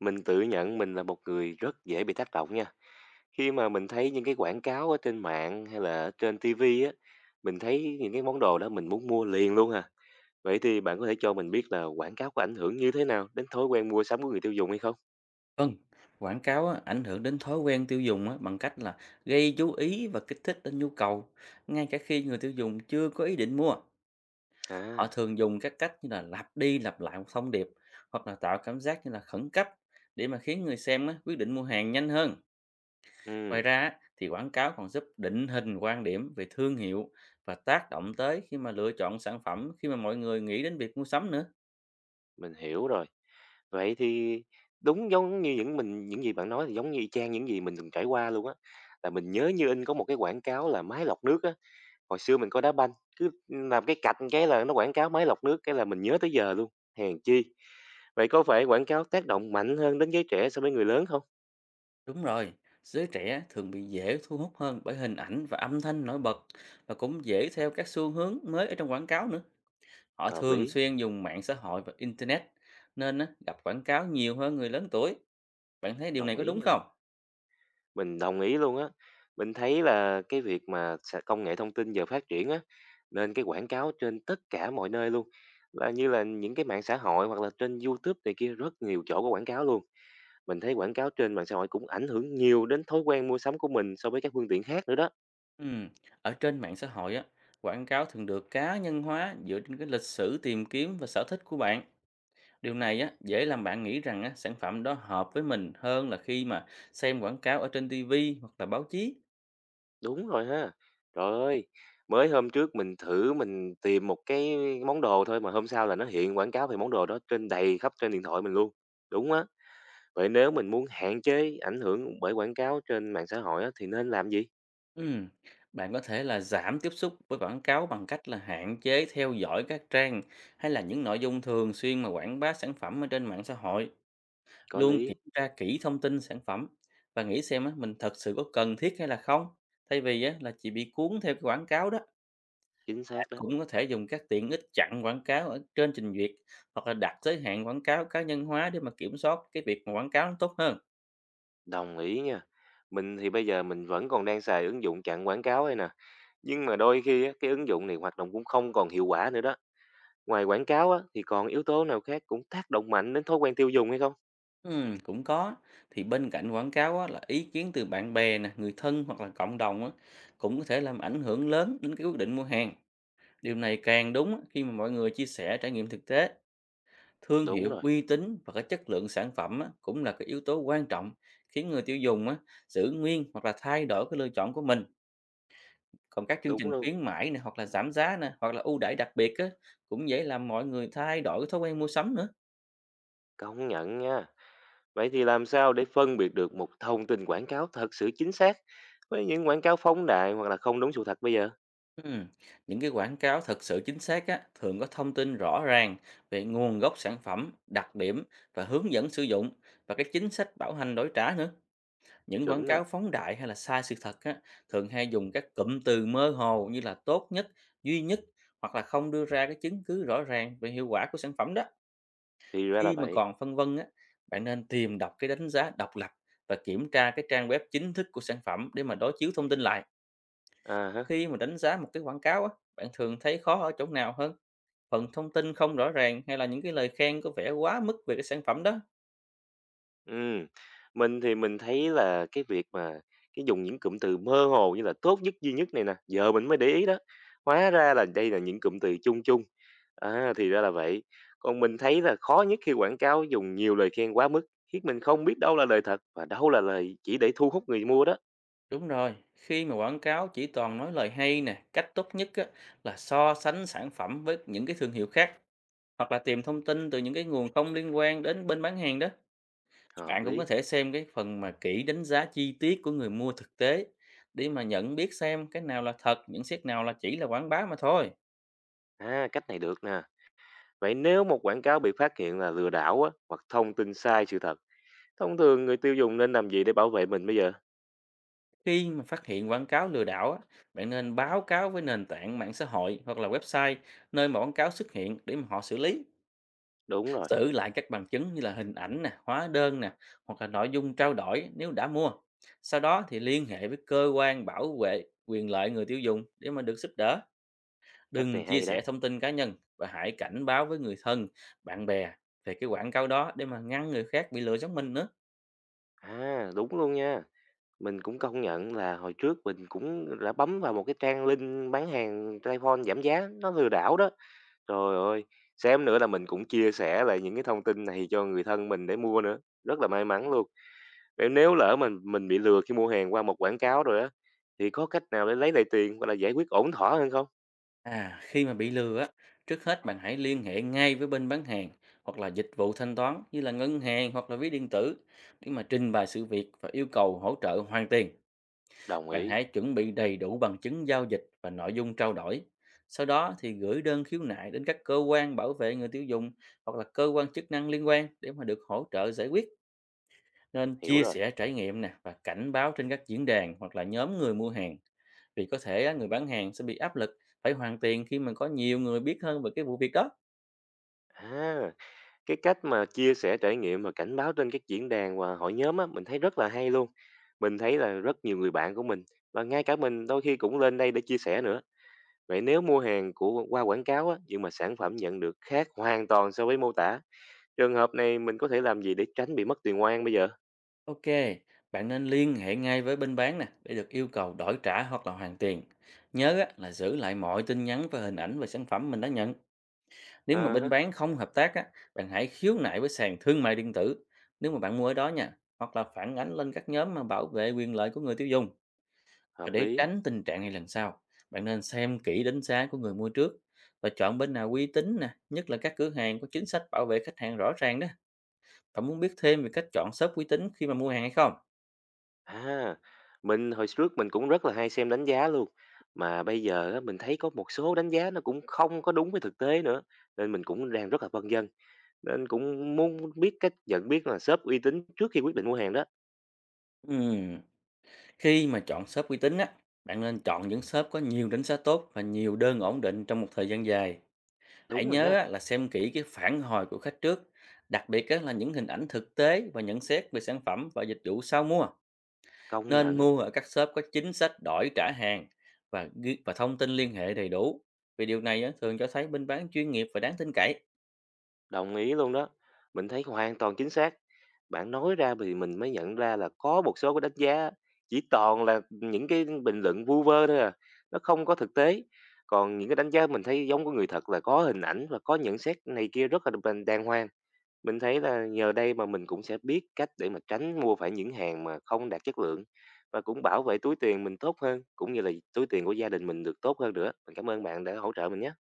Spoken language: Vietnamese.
Mình tự nhận mình là một người rất dễ bị tác động nha. Khi mà mình thấy những cái quảng cáo ở trên mạng hay là ở trên TV á, mình thấy những cái món đồ đó mình muốn mua liền luôn à. Vậy thì bạn có thể cho mình biết là quảng cáo có ảnh hưởng như thế nào đến thói quen mua sắm của người tiêu dùng hay không? Vâng, quảng cáo á, ảnh hưởng đến thói quen tiêu dùng á, bằng cách là gây chú ý và kích thích đến nhu cầu, ngay cả khi người tiêu dùng chưa có ý định mua. Họ À, thường dùng các cách như là lặp đi lặp lại một thông điệp, hoặc là tạo cảm giác như là khẩn cấp để mà khiến người xem á, quyết định mua hàng nhanh hơn. Ngoài ừm, ra á, thì quảng cáo còn giúp định hình quan điểm về thương hiệu và tác động tới khi mà lựa chọn sản phẩm, khi mà mọi người nghĩ đến việc mua sắm nữa. mình hiểu rồi. Vậy thì đúng giống như những gì bạn nói thì giống như y chang những gì mình từng trải qua luôn á. Là mình nhớ như in có một cái quảng cáo là máy lọc nước á. Hồi xưa mình có đá banh, cứ làm cái cạch cái là nó quảng cáo máy lọc nước, cái là mình nhớ tới giờ luôn, hèn chi. Vậy có phải quảng cáo tác động mạnh hơn đến giới trẻ so với người lớn không? Đúng rồi, giới trẻ thường bị dễ thu hút hơn bởi hình ảnh và âm thanh nổi bật, và cũng dễ theo các xu hướng mới ở trong quảng cáo nữa. Họ Hợp thường lý, xuyên dùng mạng xã hội và internet, nên á, gặp quảng cáo nhiều hơn người lớn tuổi. Bạn thấy điều này đồng có ý đúng nha. không? Mình đồng ý luôn á. Mình thấy là cái việc mà công nghệ thông tin giờ phát triển á, nên cái quảng cáo trên tất cả mọi nơi luôn. Là như là những cái mạng xã hội hoặc là trên YouTube này kia rất nhiều chỗ có quảng cáo luôn. Mình thấy quảng cáo trên mạng xã hội cũng ảnh hưởng nhiều đến thói quen mua sắm của mình so với các phương tiện khác nữa đó. Ừm, Ở trên mạng xã hội á, quảng cáo thường được cá nhân hóa dựa trên cái lịch sử tìm kiếm và sở thích của bạn. Điều này á, dễ làm bạn nghĩ rằng á, sản phẩm đó hợp với mình hơn là khi mà xem quảng cáo ở trên TV hoặc là báo chí. Đúng rồi ha. Trời ơi, mới hôm trước mình thử tìm một cái món đồ thôi mà hôm sau là nó hiện quảng cáo về món đồ đó trên đầy khắp trên điện thoại mình luôn. Đúng á. Vậy nếu mình muốn hạn chế ảnh hưởng bởi quảng cáo trên mạng xã hội á, thì nên làm gì? Ừm, bạn có thể là giảm tiếp xúc với quảng cáo bằng cách là hạn chế theo dõi các trang, hay là những nội dung thường xuyên mà quảng bá sản phẩm ở trên mạng xã hội. Có Luôn lý, kiểm tra kỹ thông tin sản phẩm, và nghĩ xem á, mình thật sự có cần thiết hay là không. Thay vì á, là chỉ bị cuốn theo cái quảng cáo đó, chính xác bạn đó. cũng có thể dùng các tiện ích chặn quảng cáo ở trên trình duyệt, hoặc là đặt giới hạn quảng cáo cá nhân hóa để mà kiểm soát cái việc mà quảng cáo nó tốt hơn. Đồng ý nha. Mình thì bây giờ mình vẫn còn đang xài ứng dụng chặn quảng cáo đây nè. Nhưng mà đôi khi á, cái ứng dụng này hoạt động cũng không còn hiệu quả nữa đó. Ngoài quảng cáo á, thì còn yếu tố nào khác cũng tác động mạnh đến thói quen tiêu dùng hay không? Cũng có. Thì bên cạnh quảng cáo á, là ý kiến từ bạn bè nè, người thân, hoặc là cộng đồng á, cũng có thể làm ảnh hưởng lớn đến cái quyết định mua hàng. Điều này càng đúng á, khi mà mọi người chia sẻ trải nghiệm thực tế. Thương Đúng hiệu, rồi, uy tín và cái chất lượng sản phẩm á, cũng là cái yếu tố quan trọng khiến người tiêu dùng á, giữ nguyên hoặc là thay đổi cái lựa chọn của mình. Còn các chương đúng trình luôn. khuyến mãi này, hoặc là giảm giá này, hoặc là ưu đãi đặc biệt á, cũng dễ làm mọi người thay đổi cái thói quen mua sắm nữa. Công nhận nha. Vậy thì làm sao để phân biệt được một thông tin quảng cáo thật sự chính xác với những quảng cáo phóng đại hoặc là không đúng sự thật bây giờ? Ừm, Những cái quảng cáo thật sự chính xác á, thường có thông tin rõ ràng về nguồn gốc sản phẩm, đặc điểm và hướng dẫn sử dụng, và cái chính sách bảo hành đổi trả nữa. Những quảng Chuẩn nè, cáo phóng đại hay là sai sự thật á, thường hay dùng các cụm từ mơ hồ như là tốt nhất, duy nhất, hoặc là không đưa ra cái chứng cứ rõ ràng về hiệu quả của sản phẩm đó. thì ra là Khi mà vậy. còn phân vân á, bạn nên tìm đọc cái đánh giá độc lập và kiểm tra cái trang web chính thức của sản phẩm để mà đối chiếu thông tin lại. À hả. Khi mà đánh giá một cái quảng cáo á, bạn thường thấy khó ở chỗ nào hơn? Phần thông tin không rõ ràng, hay là những cái lời khen có vẻ quá mức về cái sản phẩm đó? Ừ. Mình thì mình thấy là cái việc mà cái dùng những cụm từ mơ hồ như là tốt nhất, duy nhất này nè, giờ mình mới để ý đó. Hóa ra là đây là những cụm từ chung chung. À, thì ra là vậy. Còn mình thấy là khó nhất khi quảng cáo dùng nhiều lời khen quá mức, khiến mình không biết đâu là lời thật và đâu là lời chỉ để thu hút người mua đó. Đúng rồi, khi mà quảng cáo chỉ toàn nói lời hay nè, cách tốt nhất á, là so sánh sản phẩm với những cái thương hiệu khác, hoặc là tìm thông tin từ những cái nguồn không liên quan đến bên bán hàng đó. Hợp Bạn cũng có lý. thể xem cái phần mà kỹ đánh giá chi tiết của người mua thực tế, để mà nhận biết xem cái nào là thật, những xét nào là chỉ là quảng bá mà thôi. À, cách này được nè. Vậy nếu một quảng cáo bị phát hiện là lừa đảo á, hoặc thông tin sai sự thật, thông thường người tiêu dùng nên làm gì để bảo vệ mình bây giờ? Khi mà phát hiện quảng cáo lừa đảo á, bạn nên báo cáo với nền tảng mạng xã hội, hoặc là website nơi mà quảng cáo xuất hiện, để mà họ xử lý. Đúng rồi, Giữ lại các bằng chứng như là hình ảnh nè, hóa đơn nè, hoặc là nội dung trao đổi nếu đã mua. Sau đó thì liên hệ với cơ quan bảo vệ quyền lợi người tiêu dùng để mà được giúp đỡ. cách này Đừng chia hay đó. sẻ thông tin cá nhân, và hãy cảnh báo với người thân, bạn bè về cái quảng cáo đó để mà ngăn người khác bị lừa giống mình nữa. À, đúng luôn nha. Mình cũng công nhận là hồi trước mình cũng đã bấm vào một cái trang link bán hàng iPhone giảm giá, nó lừa đảo đó. Trời ơi, xem nữa là mình cũng chia sẻ lại những cái thông tin này cho người thân mình để mua nữa. Rất là may mắn luôn. Vậy nếu lỡ mình bị lừa khi mua hàng qua một quảng cáo rồi á, thì có cách nào để lấy lại tiền hoặc là giải quyết ổn thỏa hơn không? À, khi mà bị lừa á, trước hết bạn hãy liên hệ ngay với bên bán hàng, hoặc là dịch vụ thanh toán như là ngân hàng hoặc là ví điện tử, để mà trình bày sự việc và yêu cầu hỗ trợ hoàn tiền. Đồng Bạn ý, hãy chuẩn bị đầy đủ bằng chứng giao dịch và nội dung trao đổi. Sau đó thì gửi đơn khiếu nại đến các cơ quan bảo vệ người tiêu dùng, hoặc là cơ quan chức năng liên quan để mà được hỗ trợ giải quyết. Nên hiểu chia rồi. sẻ trải nghiệm nè, và cảnh báo trên các diễn đàn hoặc là nhóm người mua hàng. Vì có thể á, người bán hàng sẽ bị áp lực phải hoàn tiền khi mà có nhiều người biết hơn về cái vụ việc đó. À, cái cách mà chia sẻ trải nghiệm và cảnh báo trên các diễn đàn và hội nhóm á, mình thấy rất là hay luôn. Mình thấy là rất nhiều người bạn của mình và ngay cả mình đôi khi cũng lên đây để chia sẻ nữa. Vậy nếu mua hàng qua quảng cáo á, nhưng mà sản phẩm nhận được khác hoàn toàn so với mô tả, trường hợp này mình có thể làm gì để tránh bị mất tiền oan bây giờ? Ok, bạn nên liên hệ ngay với bên bán nè, để được yêu cầu đổi trả hoặc là hoàn tiền. Nhớ á, là giữ lại mọi tin nhắn và hình ảnh về sản phẩm mình đã nhận. Nếu mà bên À, bán không hợp tác á, bạn hãy khiếu nại với sàn thương mại điện tử nếu mà bạn mua ở đó nha, hoặc là phản ánh lên các nhóm mà bảo vệ quyền lợi của người tiêu dùng. Và hợp để lý. tránh tình trạng này lần sau, bạn nên xem kỹ đánh giá của người mua trước, và chọn bên nào uy tín nè, nhất là các cửa hàng có chính sách bảo vệ khách hàng rõ ràng đó. Bạn muốn biết thêm về cách chọn shop uy tín khi mà mua hàng hay không? À, mình hồi trước mình cũng rất là hay xem đánh giá luôn. Mà bây giờ á, mình thấy có một số đánh giá nó cũng không có đúng với thực tế nữa. Nên mình cũng đang rất là vân vân. Nên cũng muốn biết cách nhận biết là shop uy tín trước khi quyết định mua hàng đó. Ừm, Khi mà chọn shop uy tín á, bạn nên chọn những shop có nhiều đánh giá tốt và nhiều đơn ổn định trong một thời gian dài. Hãy Đúng rồi nhớ ha, á, là xem kỹ cái phản hồi của khách trước, đặc biệt á, là những hình ảnh thực tế và nhận xét về sản phẩm và dịch vụ sau mua. công Nên nhận. mua ở các shop có chính sách đổi trả hàng và thông tin liên hệ đầy đủ. Vì điều này á, thường cho thấy bên bán chuyên nghiệp và đáng tin cậy. Đồng ý luôn đó. Mình thấy hoàn toàn chính xác. Bạn nói ra thì mình mới nhận ra là có một số cái đánh giá chỉ toàn là những cái bình luận vu vơ thôi à, nó không có thực tế. Còn những cái đánh giá mình thấy giống của người thật là có hình ảnh và có nhận xét này kia rất là đàng đàng hoàng. Mình thấy là nhờ đây mà mình cũng sẽ biết cách để mà tránh mua phải những hàng mà không đạt chất lượng và cũng bảo vệ túi tiền mình tốt hơn cũng như là túi tiền của gia đình mình được tốt hơn nữa. Mình cảm ơn bạn đã hỗ trợ mình nhé.